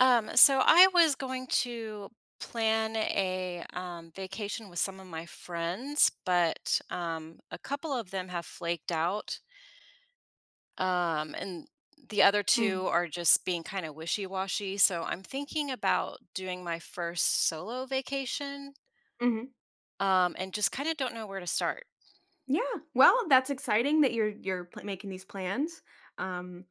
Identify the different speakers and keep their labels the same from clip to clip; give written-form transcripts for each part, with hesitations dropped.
Speaker 1: So I was going to plan a vacation with some of my friends, but a couple of them have flaked out, and the other two
Speaker 2: Mm,
Speaker 1: are just being kind of wishy-washy. So I'm thinking about doing my first solo vacation,
Speaker 2: mhm.
Speaker 1: and just kind of don't know where to start.
Speaker 2: Yeah, well, that's exciting that you're pl making these plans, um,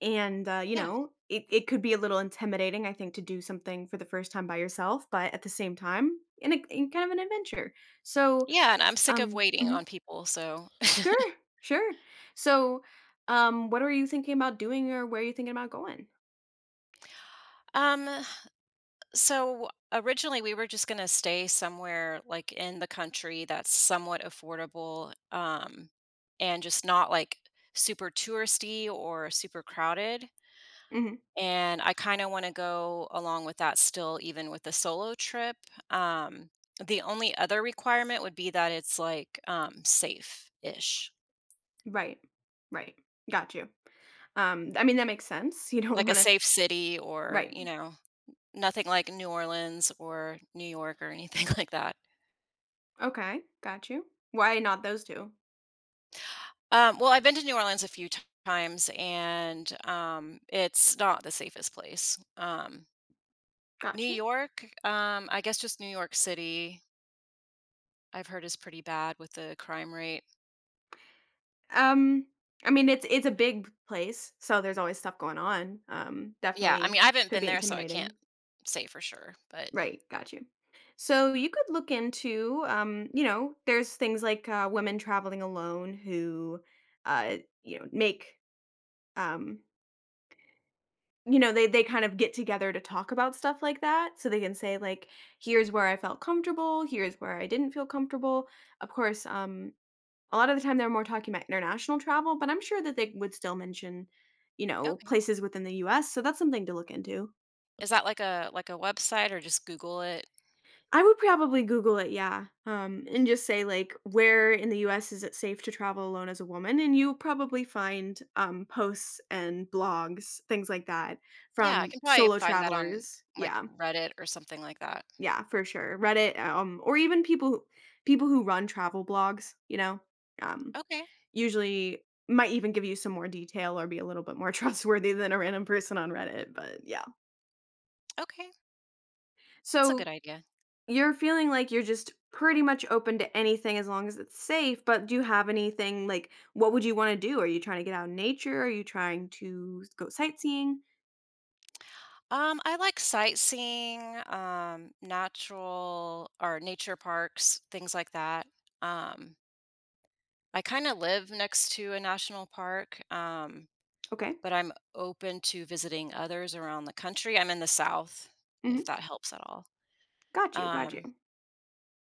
Speaker 2: and, you
Speaker 1: Yeah,
Speaker 2: know, it could be a little intimidating, I think, to do something for the first time by yourself, but at the same time, in kind of an adventure. So,
Speaker 1: yeah, and I'm sick of
Speaker 2: um
Speaker 1: waiting
Speaker 2: mhm.
Speaker 1: on people. So,
Speaker 2: Sure, sure. So, what are you thinking about doing or where are you thinking about going?
Speaker 1: um, So originally, we were just going to stay somewhere like in the country that's somewhat affordable, and just not like super touristy or super crowded.
Speaker 2: Mhm.
Speaker 1: And I kind of want to go along with that still, even with the solo trip. Um, the only other requirement would be that it's like safe ish,
Speaker 2: Right. Right. Got you. I mean, that makes sense. You don't
Speaker 1: like a
Speaker 2: wanna
Speaker 1: safe city or,
Speaker 2: Right.
Speaker 1: nothing like New Orleans or New York or anything like that.
Speaker 2: Okay, got you. Why not those 2?
Speaker 1: Well, I've been to New Orleans a few t times, and, it's not the safest place. New
Speaker 2: Got you.
Speaker 1: York, I guess just New York City, I've heard is pretty bad with the crime rate.
Speaker 2: Um, I mean, it's a big place, so there's always stuff going on.
Speaker 1: Yeah, I mean,
Speaker 2: Definitely
Speaker 1: I haven't
Speaker 2: could
Speaker 1: been
Speaker 2: be
Speaker 1: there, so I can't
Speaker 2: intimidating.
Speaker 1: say for sure, but
Speaker 2: Right, got you. So you could look into, you know, there's things like women traveling alone who, you know, make, um, you know, they kind of get together to talk about stuff like that, so they can say like, here's where I felt comfortable, here's where I didn't feel comfortable. Of course, a lot of the time they're more talking about international travel, but I'm sure that they would still mention,
Speaker 1: okay.
Speaker 2: places within the US, so that's something to look into.
Speaker 1: Is that like a website or just Google it?
Speaker 2: I would probably Google it, yeah, and just say, like, "Where in the US is it safe to travel alone as a woman?" And you'll probably find, posts and blogs, things like that,
Speaker 1: Yeah, I
Speaker 2: from
Speaker 1: can probably
Speaker 2: solo
Speaker 1: find that on,
Speaker 2: travelers.
Speaker 1: like,
Speaker 2: Yeah.
Speaker 1: Reddit or something like that.
Speaker 2: Yeah, for sure. Reddit, or even people who run travel blogs, um,
Speaker 1: Okay,
Speaker 2: usually might even give you some more detail or be a little bit more trustworthy than a random person on Reddit. But yeah,
Speaker 1: okay, that's a good
Speaker 2: so
Speaker 1: idea.
Speaker 2: you're feeling like you're just pretty much open to anything as long as it's safe. But do you have anything like what would you want to do? Are you trying to get out in nature? Are you trying to go sightseeing?
Speaker 1: I like sightseeing, natural or nature parks, things like that. Um, I kind of live next to a national park,
Speaker 2: Okay,
Speaker 1: but I'm open to visiting others around the country. I'm in the South,
Speaker 2: hmm,
Speaker 1: if that helps at all.
Speaker 2: got you, got you.
Speaker 1: Um,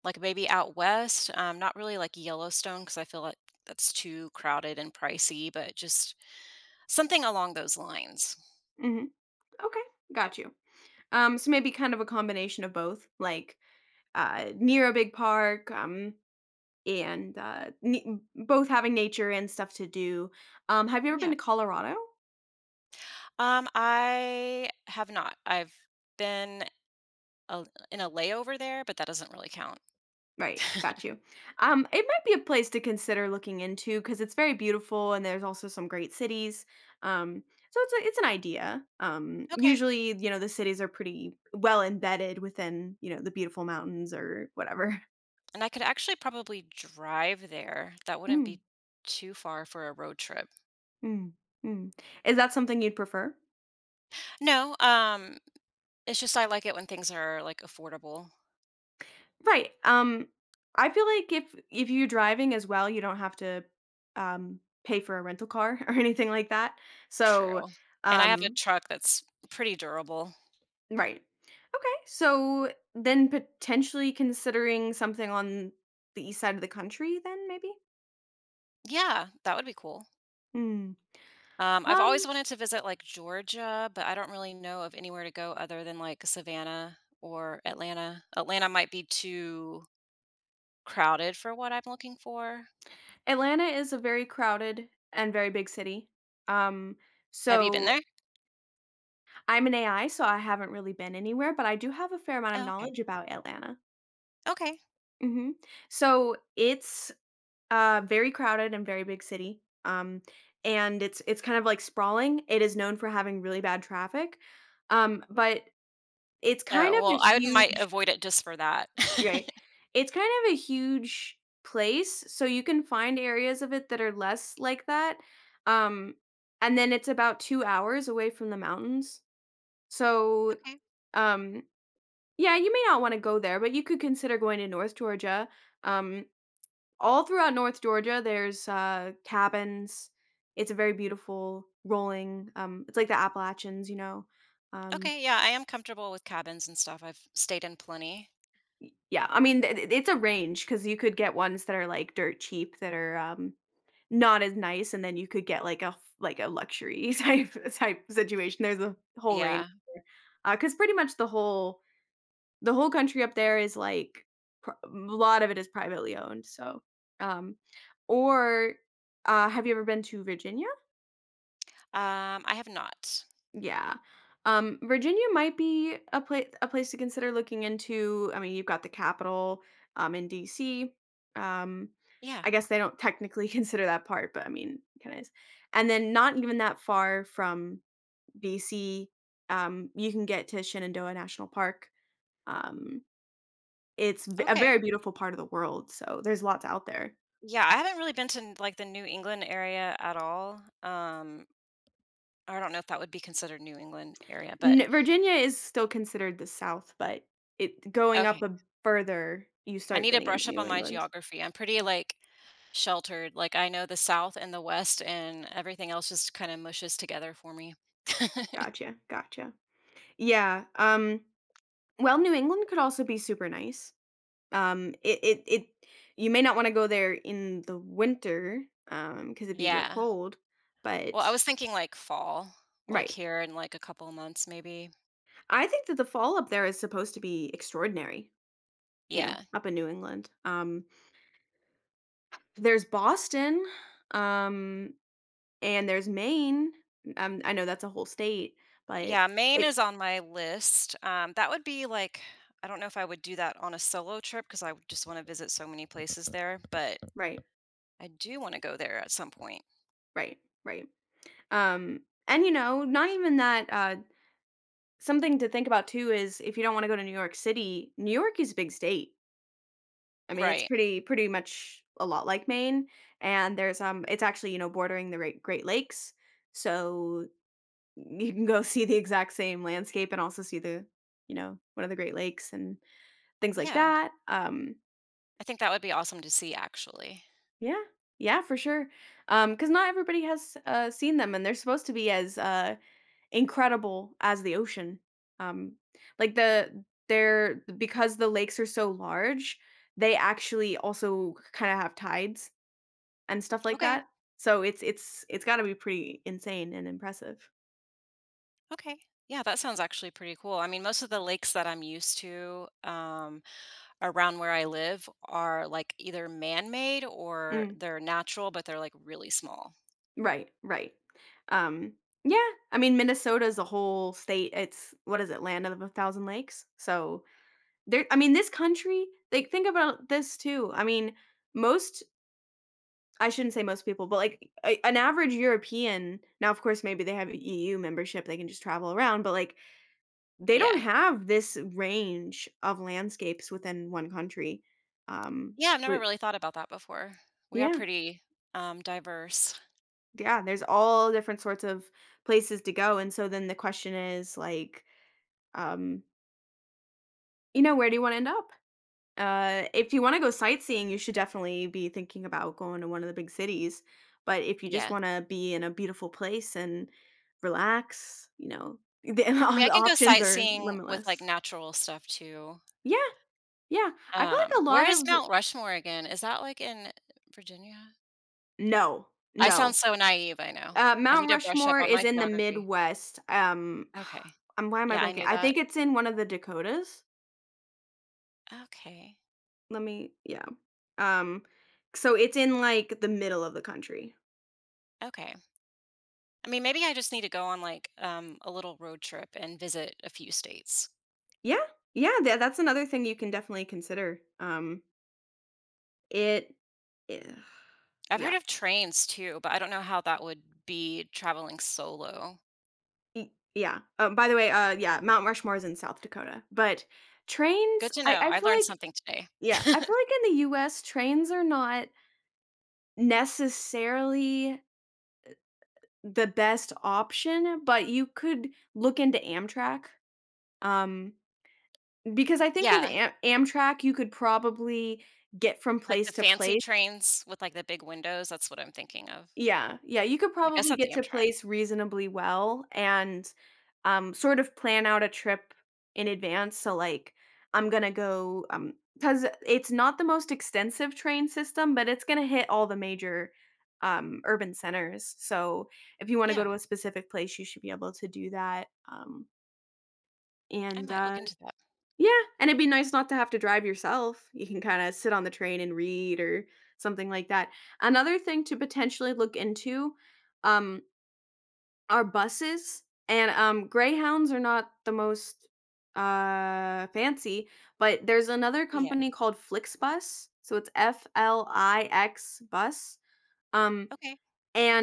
Speaker 1: like maybe out west, not really like Yellowstone because I feel like that's too crowded and pricey, but just something along those lines.
Speaker 2: Hmm. Okay, got you. So maybe kind of a combination of both, like near a big park, and, ne both having nature and stuff to do. Have you ever been
Speaker 1: Yeah.
Speaker 2: to Colorado?
Speaker 1: I have not. I've been a in a layover there, but that doesn't really count.
Speaker 2: Right, got you. It might be a place to consider looking into because it's very beautiful and there's also some great cities. Um, so it's an idea.
Speaker 1: Okay.
Speaker 2: Usually, you know, the cities are pretty well embedded within, you know, the beautiful mountains or whatever.
Speaker 1: And I could actually probably drive there. That wouldn't
Speaker 2: Mm,
Speaker 1: be too far for a road trip.
Speaker 2: mm, mm. Is that something you'd prefer?
Speaker 1: No, it's just I like it when things are, like, affordable.
Speaker 2: Right, I feel like if you're driving as well, you don't have to, pay for a rental car or anything like that, so,
Speaker 1: True, and I have a
Speaker 2: um
Speaker 1: truck that's pretty durable.
Speaker 2: right. Okay, so then potentially considering something on the east side of the country then maybe?
Speaker 1: Yeah, that would be cool.
Speaker 2: Hmm.
Speaker 1: I've always
Speaker 2: Um,
Speaker 1: wanted to visit, like, Georgia, but I don't really know of anywhere to go other than, like, Savannah or Atlanta. Atlanta might be too crowded for what I'm looking for.
Speaker 2: Atlanta is a very crowded and very big city, um,
Speaker 1: Have you been
Speaker 2: so
Speaker 1: there?
Speaker 2: I'm an AI, so I haven't really been anywhere, but I do have a fair amount of
Speaker 1: Oh, okay.
Speaker 2: knowledge about Atlanta.
Speaker 1: Okay.
Speaker 2: Mhm. So it's very crowded and very big city. And it's kind of like sprawling. It is known for having really bad traffic. But it's kind
Speaker 1: Oh,
Speaker 2: of a
Speaker 1: well, I would might
Speaker 2: huge
Speaker 1: avoid it just for that.
Speaker 2: Right. It's kind of a huge place, so you can find areas of it that are less like that. Um, and then it's about 2 hours away from the mountains. So,
Speaker 1: Okay.
Speaker 2: um, yeah, you may not want to go there, but you could consider going to North Georgia. Um, all throughout North Georgia, there's, cabins. It's a very beautiful rolling, it's like the Appalachians, you know? Um,
Speaker 1: Okay, yeah, I am comfortable with cabins and stuff. I've stayed in plenty.
Speaker 2: yeah, I mean, th th it's a range because you could get ones that are, like, dirt cheap that are, not as nice, and then you could get, like, a luxury type situation. There's a whole range,
Speaker 1: Yeah.
Speaker 2: because pretty much the whole country up there is, like, pr a lot of it is privately owned, so, um or, have you ever been to Virginia?
Speaker 1: I have not.
Speaker 2: Yeah. Virginia might be a place to consider looking into. I mean, you've got the capital in DC. Um
Speaker 1: Yeah,
Speaker 2: I guess they don't technically consider that part, but I mean, kind of is. And then not even that far from DC, you can get to Shenandoah National Park. Um a
Speaker 1: okay.
Speaker 2: very beautiful part of the world, so there's lots out there.
Speaker 1: Yeah, I haven't really been to like the New England area at all. I don't know if that would be considered New England area, but
Speaker 2: Virginia is still considered the South, but it going up
Speaker 1: okay.
Speaker 2: a further, you
Speaker 1: I
Speaker 2: start
Speaker 1: need to
Speaker 2: getting
Speaker 1: brush
Speaker 2: into
Speaker 1: up
Speaker 2: New
Speaker 1: on my
Speaker 2: England.
Speaker 1: geography. I'm pretty like sheltered. Like I know the South and the West, and everything else just kind of mushes together for me.
Speaker 2: Gotcha, gotcha. Yeah, well, New England could also be super nice. It it it you may not wanna go there in the winter, um, because 'cause it'd be real
Speaker 1: Yeah.
Speaker 2: cold,
Speaker 1: Well,
Speaker 2: but
Speaker 1: I was thinking like fall, like
Speaker 2: right.
Speaker 1: here in like a couple of months, maybe.
Speaker 2: I think that the fall up there is supposed to be extraordinary, you know,
Speaker 1: Yeah.
Speaker 2: up in New England. There's Boston, um, and there's Maine. I know that's a whole state, but
Speaker 1: Yeah. Maine is
Speaker 2: it
Speaker 1: on my list. That would be like, I don't know if I would do that on a solo trip because I would just want to visit so many places there, but
Speaker 2: Right,
Speaker 1: I do wanna go there at some point.
Speaker 2: right, right. And, you know, not even that, something to think about too is if you don't wanna go to New York City, New York is a big state. I mean, it's
Speaker 1: Right.
Speaker 2: pretty much a lot like Maine, and there's, it's actually, you know, bordering the Great Lakes, so you can go see the exact same landscape and also see one of the Great Lakes and things like
Speaker 1: Yeah.
Speaker 2: that.
Speaker 1: I think that would be awesome to see, actually.
Speaker 2: Yeah. Yeah, for sure. Because not everybody has, seen them, and they're supposed to be as, incredible as the ocean. Um, they're because the lakes are so large, they actually also kinda have tides and stuff like
Speaker 1: Okay.
Speaker 2: that. So it's gotta be pretty insane and impressive.
Speaker 1: Okay. Yeah, that sounds actually pretty cool. I mean, most of the lakes that I'm used to, around where I live are, like, either man-made or
Speaker 2: Mm.
Speaker 1: they're natural, but they're, like, really small.
Speaker 2: Right, right. Um, yeah, I mean, Minnesota is a whole state. It's what is it? Land of a thousand lakes? So, there I mean, this country, like, think about this too. I mean, most I shouldn't say most people, but like an average European, now of course maybe they have EU membership, they can just travel around, but like they don't
Speaker 1: Yeah.
Speaker 2: have this range of landscapes within one country. Um
Speaker 1: Yeah, I've never
Speaker 2: wi-
Speaker 1: really thought about that before. We are
Speaker 2: yeah,
Speaker 1: pretty, diverse.
Speaker 2: yeah, there's all different sorts of places to go and so then the question is like um you know, where do you want to end up? If you wanna go sightseeing, you should definitely be thinking about going to one of the big cities, but if you just
Speaker 1: Yeah.
Speaker 2: wanna be in a beautiful place and relax, you know, the
Speaker 1: I mean, I
Speaker 2: the
Speaker 1: can go
Speaker 2: options are
Speaker 1: sightseeing with, like,
Speaker 2: limitless.
Speaker 1: natural stuff too.
Speaker 2: Yeah, yeah. I feel like a
Speaker 1: Where
Speaker 2: lot
Speaker 1: is
Speaker 2: of
Speaker 1: Mount Rushmore again? Is that, like, in Virginia?
Speaker 2: No,
Speaker 1: I sound
Speaker 2: no.
Speaker 1: so naive, I know. I need
Speaker 2: Mount
Speaker 1: to brush up
Speaker 2: Rushmore
Speaker 1: on
Speaker 2: is
Speaker 1: my
Speaker 2: in the
Speaker 1: geography.
Speaker 2: Midwest,
Speaker 1: Okay.
Speaker 2: I'm why am I
Speaker 1: Yeah, I
Speaker 2: blanking?
Speaker 1: knew
Speaker 2: I
Speaker 1: that.
Speaker 2: think it's in one of the Dakotas?
Speaker 1: Okay.
Speaker 2: Let me yeah. Um, so it's in, like, the middle of the country.
Speaker 1: Okay. I mean, maybe I just need to go on, like, a little road trip and visit a few states.
Speaker 2: Yeah, yeah, that's another thing you can definitely consider. It eh
Speaker 1: I've heard
Speaker 2: yeah,
Speaker 1: of trains too, but I don't know how that would be traveling solo.
Speaker 2: y yeah. By the way, yeah, Mount Rushmore is in South Dakota, but
Speaker 1: Good
Speaker 2: trains
Speaker 1: to
Speaker 2: I
Speaker 1: know.
Speaker 2: I
Speaker 1: I
Speaker 2: feel
Speaker 1: learned
Speaker 2: like
Speaker 1: something today.
Speaker 2: yeah, I feel like in the US, trains are not necessarily the best option, but you could look into Amtrak, um, because I think with
Speaker 1: Yeah,
Speaker 2: Am Amtrak, you could probably get from
Speaker 1: like the
Speaker 2: place to
Speaker 1: fancy
Speaker 2: place.
Speaker 1: trains with, like, the big windows, that's what I'm thinking of.
Speaker 2: Yeah, yeah, you could
Speaker 1: I guess
Speaker 2: probably
Speaker 1: that's
Speaker 2: get to
Speaker 1: Amtrak.
Speaker 2: place reasonably well and, sort of plan out a trip in advance, so, like, I'm gonna go, cause it's not the most extensive train system, but it's gonna hit all the major, urban centers, so if you wanna go
Speaker 1: Yeah,
Speaker 2: to a specific place, you should be able to do that,
Speaker 1: I
Speaker 2: and,
Speaker 1: might look
Speaker 2: uh
Speaker 1: into that.
Speaker 2: yeah, and it'd be nice not to have to drive yourself. You can kinda sit on the train and read or something like that. Another thing to potentially look into, um, are buses, and, Greyhounds are not the most, fancy, but there's another
Speaker 1: Yeah,
Speaker 2: company called FlixBus, so it's Flix bus, um,
Speaker 1: okay.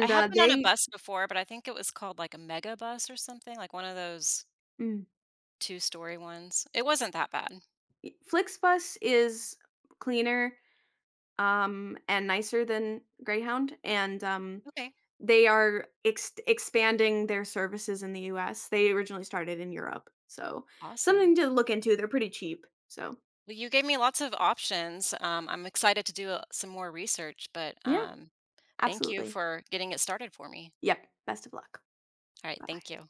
Speaker 1: I have been on a
Speaker 2: they
Speaker 1: bus before, but I think it was called like a mega bus or something, like one of those
Speaker 2: mm,
Speaker 1: two-story ones. It wasn't that bad.
Speaker 2: e FlixBus is cleaner, and nicer than Greyhound, and, um,
Speaker 1: Okay,
Speaker 2: they are ex expanding their services in the US. They originally started in Europe, so something
Speaker 1: awesome.
Speaker 2: to look into, they're pretty cheap, so
Speaker 1: Well, you gave me lots of options. I'm excited to do some more research, but
Speaker 2: yeah,
Speaker 1: thank you
Speaker 2: absolutely.
Speaker 1: for getting it started for me.
Speaker 2: Yep, best of luck.
Speaker 1: All right, thank
Speaker 2: Bye-bye.
Speaker 1: you.